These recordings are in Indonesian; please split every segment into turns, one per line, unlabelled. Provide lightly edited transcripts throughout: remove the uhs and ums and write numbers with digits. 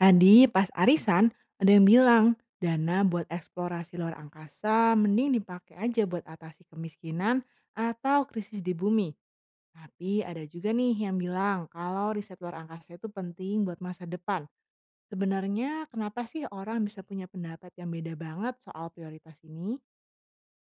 Tadi pas arisan ada yang bilang dana buat eksplorasi luar angkasa mending dipakai aja buat atasi kemiskinan atau krisis di bumi. Tapi ada juga nih yang bilang kalau riset luar angkasa itu penting buat masa depan. Sebenarnya kenapa sih orang bisa punya pendapat yang beda banget soal prioritas ini?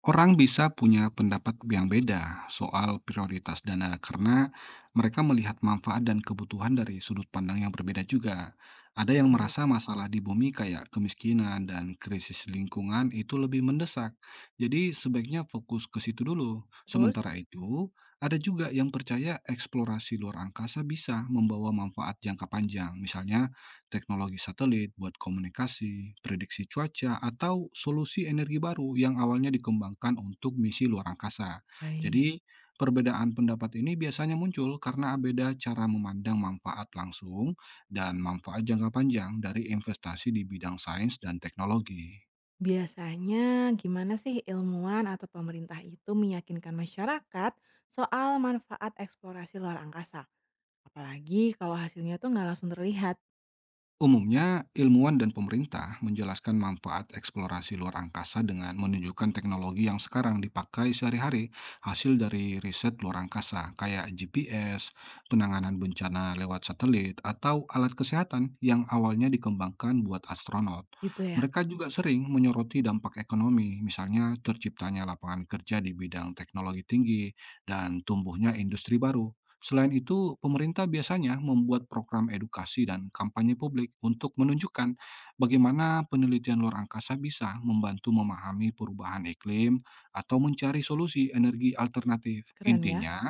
Orang bisa punya pendapat yang beda soal prioritas dana karena mereka melihat manfaat dan kebutuhan dari sudut pandang yang berbeda juga. Ada yang
Gimana tuh?
merasa masalah di bumi kayak kemiskinan dan krisis lingkungan itu lebih mendesak. Jadi sebaiknya fokus ke situ dulu.
Terus?
Sementara itu, ada juga yang percaya eksplorasi luar angkasa bisa membawa manfaat jangka panjang. Misalnya teknologi satelit buat komunikasi, prediksi cuaca, atau solusi energi baru yang awalnya dikembangkan untuk misi luar angkasa.
Baik.
Jadi, perbedaan pendapat ini biasanya muncul karena beda cara memandang manfaat langsung dan manfaat jangka panjang dari investasi di bidang sains dan teknologi.
Biasanya gimana sih ilmuwan atau pemerintah itu meyakinkan masyarakat soal manfaat eksplorasi luar angkasa? Apalagi kalau hasilnya tuh nggak langsung terlihat,
Umumnya, ilmuwan dan pemerintah menjelaskan manfaat eksplorasi luar angkasa dengan menunjukkan teknologi yang sekarang dipakai sehari-hari, hasil dari riset luar angkasa, kayak GPS, penanganan bencana lewat satelit, atau alat kesehatan yang awalnya dikembangkan buat astronot.
gitu ya?
Mereka juga sering menyoroti dampak ekonomi, misalnya terciptanya lapangan kerja di bidang teknologi tinggi dan tumbuhnya industri baru. Selain itu, pemerintah biasanya membuat program edukasi dan kampanye publik untuk menunjukkan bagaimana penelitian luar angkasa bisa membantu memahami perubahan iklim atau mencari solusi energi alternatif.
Keren ya.
Intinya,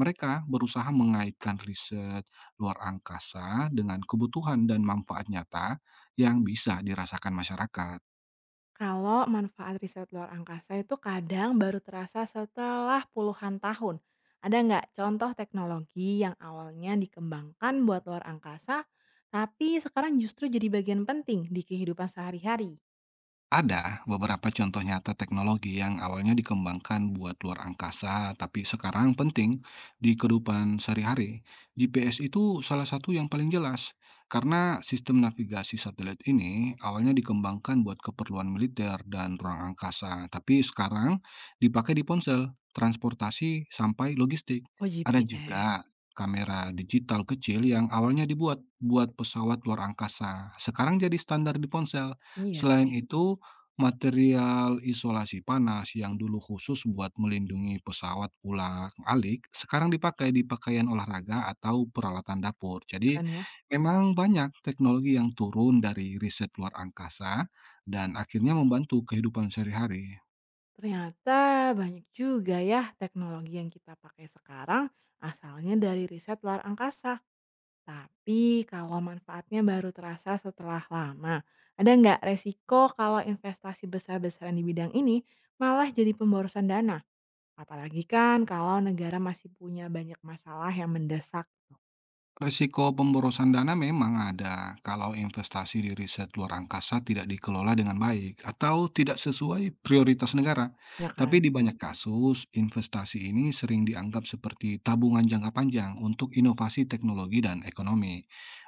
mereka berusaha mengaitkan riset luar angkasa dengan kebutuhan dan manfaat nyata yang bisa dirasakan masyarakat.
Kalau manfaat riset luar angkasa itu kadang baru terasa setelah puluhan tahun. Ada nggak contoh teknologi yang awalnya dikembangkan buat luar angkasa, tapi sekarang justru jadi bagian penting di kehidupan sehari-hari?
Ada beberapa contoh nyata teknologi yang awalnya dikembangkan buat luar angkasa, tapi sekarang penting di kehidupan sehari-hari. GPS itu salah satu yang paling jelas, karena sistem navigasi satelit ini awalnya dikembangkan buat keperluan militer dan ruang angkasa, tapi sekarang dipakai di ponsel, transportasi, sampai logistik.
Oh,
Ada
GPS,
juga kamera digital kecil yang awalnya dibuat buat pesawat luar angkasa, sekarang jadi standar di ponsel.
iya
Selain
sih,
itu, material isolasi panas yang dulu khusus buat melindungi pesawat ulang-alik, sekarang dipakai di pakaian olahraga atau peralatan dapur. Jadi,
keren ya.
memang banyak teknologi yang turun dari riset luar angkasa dan akhirnya membantu kehidupan sehari-hari.
Ternyata banyak juga ya teknologi yang kita pakai sekarang asalnya dari riset luar angkasa. Tapi kalau manfaatnya baru terasa setelah lama, ada nggak resiko kalau investasi besar-besaran di bidang ini malah jadi pemborosan dana? Apalagi kan kalau negara masih punya banyak masalah yang mendesak,
Risiko pemborosan dana memang ada kalau investasi di riset luar angkasa tidak dikelola dengan baik atau tidak sesuai prioritas negara.
ya kan?
Tapi di banyak kasus, investasi ini sering dianggap seperti tabungan jangka panjang untuk inovasi teknologi dan ekonomi.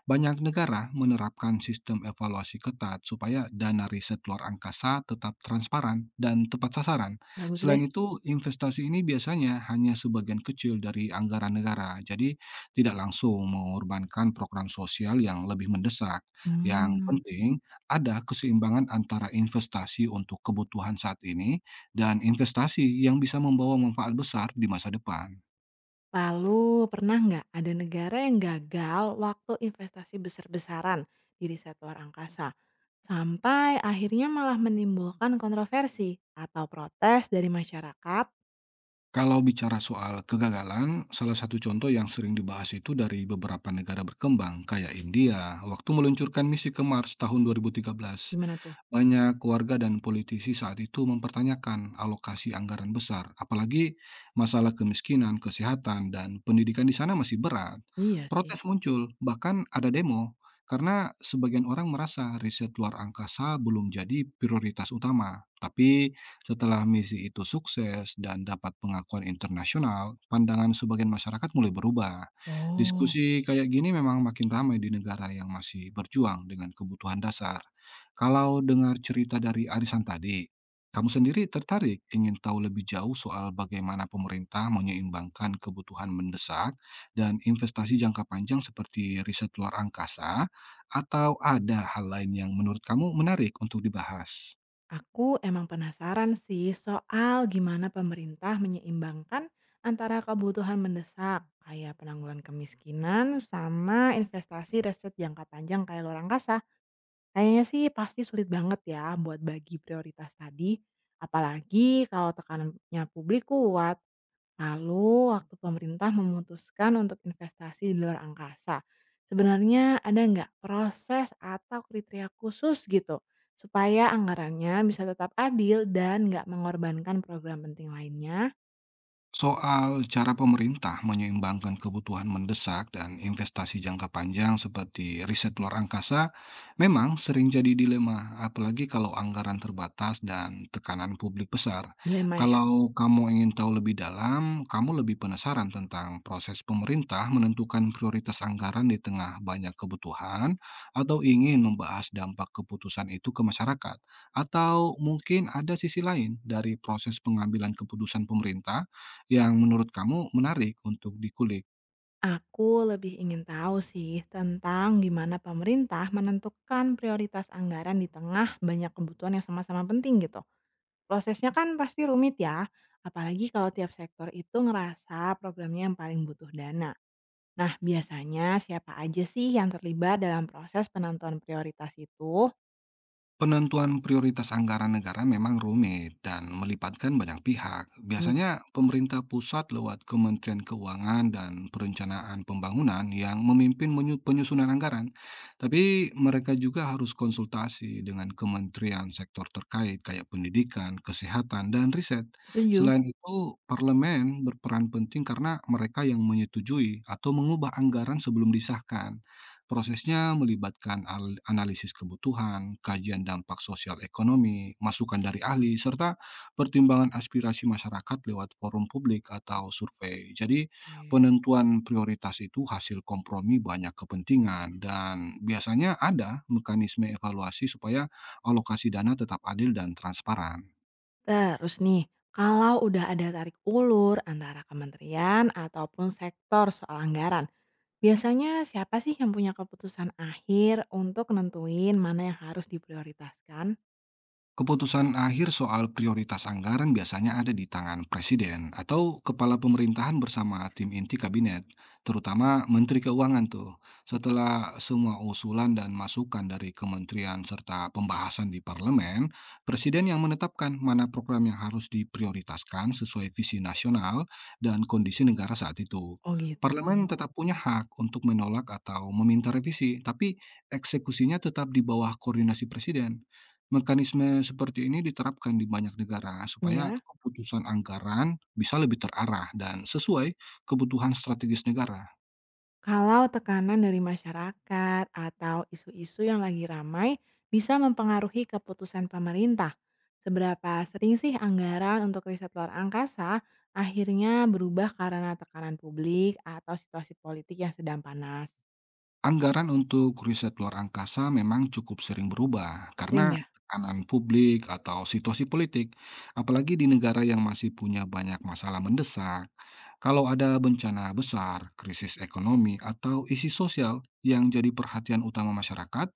Banyak negara menerapkan sistem evaluasi ketat supaya dana riset luar angkasa tetap transparan dan tepat sasaran.
Bagus deh.
Selain itu, investasi ini biasanya hanya sebagian kecil dari anggaran negara. Jadi, tidak langsung mengorbankan program sosial yang lebih mendesak. Yang
Hmm.
penting, ada keseimbangan antara investasi untuk kebutuhan saat ini dan investasi yang bisa membawa manfaat besar di masa depan.
Lalu pernah nggak ada negara yang gagal waktu investasi besar-besaran di riset luar angkasa? Sampai akhirnya malah menimbulkan kontroversi atau protes dari masyarakat?
Kalau bicara soal kegagalan, salah satu contoh yang sering dibahas itu dari beberapa negara berkembang, kayak India, waktu meluncurkan misi ke Mars tahun 2013.
Gimana tuh?
Banyak keluarga dan politisi saat itu mempertanyakan alokasi anggaran besar, apalagi masalah kemiskinan, kesehatan, dan pendidikan di sana masih berat.
Iya sih.
Protes muncul, bahkan ada demo, karena sebagian orang merasa riset luar angkasa belum jadi prioritas utama. Tapi setelah misi itu sukses dan dapat pengakuan internasional, pandangan sebagian masyarakat mulai berubah.
Oh.
Diskusi kayak gini memang makin ramai di negara yang masih berjuang dengan kebutuhan dasar. Kalau dengar cerita dari arisan tadi, kamu sendiri tertarik ingin tahu lebih jauh soal bagaimana pemerintah menyeimbangkan kebutuhan mendesak dan investasi jangka panjang seperti riset luar angkasa, atau ada hal lain yang menurut kamu menarik untuk dibahas?
Aku emang penasaran sih soal gimana pemerintah menyeimbangkan antara kebutuhan mendesak kayak penanggulan kemiskinan sama investasi riset jangka panjang kayak luar angkasa. Kayaknya sih pasti sulit banget ya buat bagi prioritas tadi, apalagi kalau tekanannya publik kuat. Lalu, waktu pemerintah memutuskan untuk investasi di luar angkasa, sebenarnya ada nggak proses atau kriteria khusus gitu supaya anggarannya bisa tetap adil dan nggak mengorbankan program penting lainnya?
Soal cara pemerintah menyeimbangkan kebutuhan mendesak dan investasi jangka panjang seperti riset luar angkasa memang sering jadi dilema, apalagi kalau anggaran terbatas dan tekanan publik besar.
Dilema ya.
Kalau kamu ingin tahu lebih dalam, kamu lebih penasaran tentang proses pemerintah menentukan prioritas anggaran di tengah banyak kebutuhan, atau ingin membahas dampak keputusan itu ke masyarakat, atau mungkin ada sisi lain dari proses pengambilan keputusan pemerintah yang menurut kamu menarik untuk dikulik.
Aku lebih ingin tahu sih tentang gimana pemerintah menentukan prioritas anggaran di tengah banyak kebutuhan yang sama-sama penting gitu. Prosesnya kan pasti rumit ya, apalagi kalau tiap sektor itu ngerasa programnya yang paling butuh dana. Nah, biasanya siapa aja sih yang terlibat dalam proses penentuan prioritas itu?
Penentuan prioritas anggaran negara memang rumit dan melibatkan banyak pihak.
Komit-
Biasanya pemerintah pusat lewat Kementerian Keuangan dan Perencanaan Pembangunan yang memimpin penyusunan anggaran. Tapi mereka juga harus konsultasi dengan kementerian sektor terkait kayak pendidikan, kesehatan, dan riset.
Setuju.
Selain itu, parlemen berperan penting karena mereka yang menyetujui atau mengubah anggaran sebelum disahkan. Prosesnya melibatkan analisis kebutuhan, kajian dampak sosial ekonomi, masukan dari ahli, serta pertimbangan aspirasi masyarakat lewat forum publik atau survei. Jadi,
Oke.
penentuan prioritas itu hasil kompromi banyak kepentingan dan biasanya ada mekanisme evaluasi supaya alokasi dana tetap adil dan transparan.
Terus nih, kalau udah ada tarik ulur antara kementerian ataupun sektor soal anggaran, biasanya siapa sih yang punya keputusan akhir untuk nentuin mana yang harus diprioritaskan?
Keputusan akhir soal prioritas anggaran biasanya ada di tangan presiden atau kepala pemerintahan bersama tim inti kabinet, terutama menteri keuangan tuh.
Gitu.
Setelah semua usulan dan masukan dari kementerian serta pembahasan di parlemen, presiden yang menetapkan mana program yang harus diprioritaskan sesuai visi nasional dan kondisi negara saat itu.
Oh, gitu.
Parlemen tetap punya hak untuk menolak atau meminta revisi, tapi eksekusinya tetap di bawah koordinasi presiden. Mekanisme seperti ini diterapkan di banyak negara supaya
Ya.
keputusan anggaran bisa lebih terarah dan sesuai kebutuhan strategis negara.
Kalau tekanan dari masyarakat atau isu-isu yang lagi ramai bisa mempengaruhi keputusan pemerintah. Seberapa sering sih anggaran untuk riset luar angkasa akhirnya berubah karena tekanan publik atau situasi politik yang sedang panas?
Anggaran untuk riset luar angkasa memang cukup sering berubah karena
Sering ya?
tekanan publik atau situasi politik, apalagi di negara yang masih punya banyak masalah mendesak. Kalau ada bencana besar, krisis ekonomi, atau isu sosial yang jadi perhatian utama masyarakat,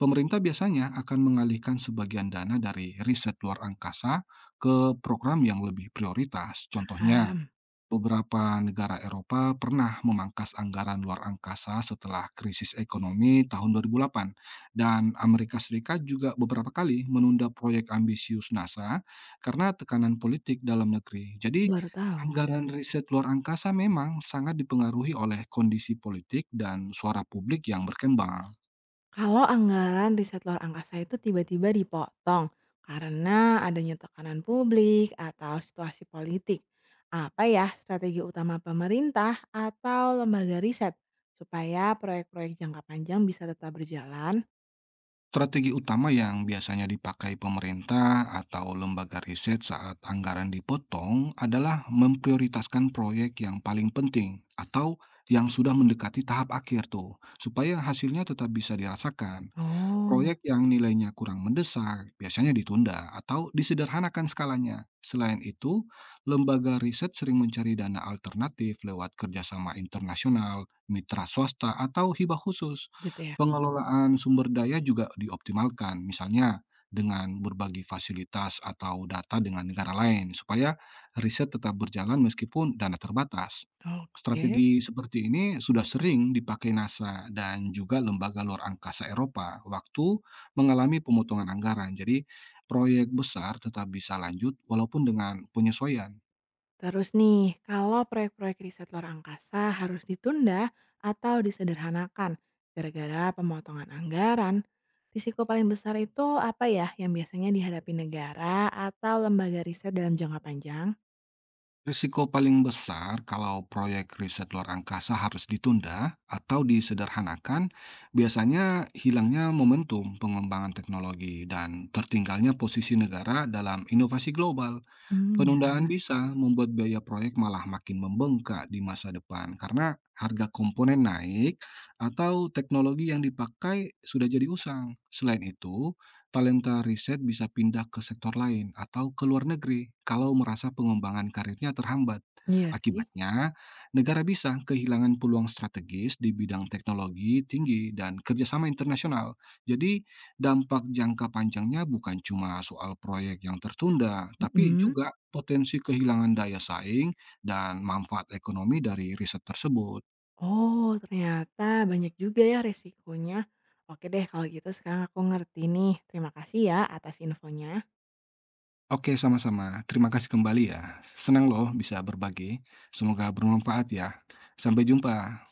pemerintah biasanya akan mengalihkan sebagian dana dari riset luar angkasa ke program yang lebih prioritas. Contohnya,
Paham.
beberapa negara Eropa pernah memangkas anggaran luar angkasa setelah krisis ekonomi tahun 2008 dan Amerika Serikat juga beberapa kali menunda proyek ambisius NASA karena tekanan politik dalam negeri.
Aku
Jadi,
baru tahu.
anggaran riset luar angkasa memang sangat dipengaruhi oleh kondisi politik dan suara publik yang berkembang.
Kalau anggaran riset luar angkasa itu tiba-tiba dipotong karena adanya tekanan publik atau situasi politik, apa ya strategi utama pemerintah atau lembaga riset supaya proyek-proyek jangka panjang bisa tetap berjalan?
Strategi utama yang biasanya dipakai pemerintah atau lembaga riset saat anggaran dipotong adalah memprioritaskan proyek yang paling penting atau yang sudah mendekati tahap akhir tuh, supaya hasilnya tetap bisa dirasakan.
Oh,
Proyek yang nilainya kurang mendesak biasanya ditunda atau disederhanakan skalanya. Selain itu, lembaga riset sering mencari dana alternatif lewat kerjasama internasional, mitra swasta, atau hibah khusus.
gitu ya.
Pengelolaan sumber daya juga dioptimalkan, misalnya dengan berbagi fasilitas atau data dengan negara lain, supaya riset tetap berjalan meskipun dana terbatas.
Oke.
Strategi seperti ini sudah sering dipakai NASA dan juga lembaga luar angkasa Eropa waktu mengalami pemotongan anggaran. Jadi, proyek besar tetap bisa lanjut walaupun dengan penyesuaian.
Terus nih, kalau proyek-proyek riset luar angkasa harus ditunda atau disederhanakan gara-gara pemotongan anggaran, risiko paling besar itu apa ya yang biasanya dihadapi negara atau lembaga riset dalam jangka panjang?
Risiko paling besar kalau proyek riset luar angkasa harus ditunda atau disederhanakan, biasanya hilangnya momentum pengembangan teknologi dan tertinggalnya posisi negara dalam inovasi global.
Hmm, ya-
Penundaan bisa membuat biaya proyek malah makin membengkak di masa depan karena harga komponen naik atau teknologi yang dipakai sudah jadi usang. Selain itu, talenta riset bisa pindah ke sektor lain atau ke luar negeri kalau merasa pengembangan karirnya terhambat.
iya sih.
Akibatnya, negara bisa kehilangan peluang strategis di bidang teknologi tinggi dan kerjasama internasional. Jadi, dampak jangka panjangnya bukan cuma soal proyek yang tertunda, tapi
Mm-mm.
juga potensi kehilangan daya saing dan manfaat ekonomi dari riset tersebut.
Oh, ternyata banyak juga ya resikonya. Oke deh, kalau gitu sekarang aku ngerti nih. Terima kasih ya atas infonya.
Oke, sama-sama. Terima kasih kembali ya. Senang loh bisa berbagi. Semoga bermanfaat ya. Sampai jumpa.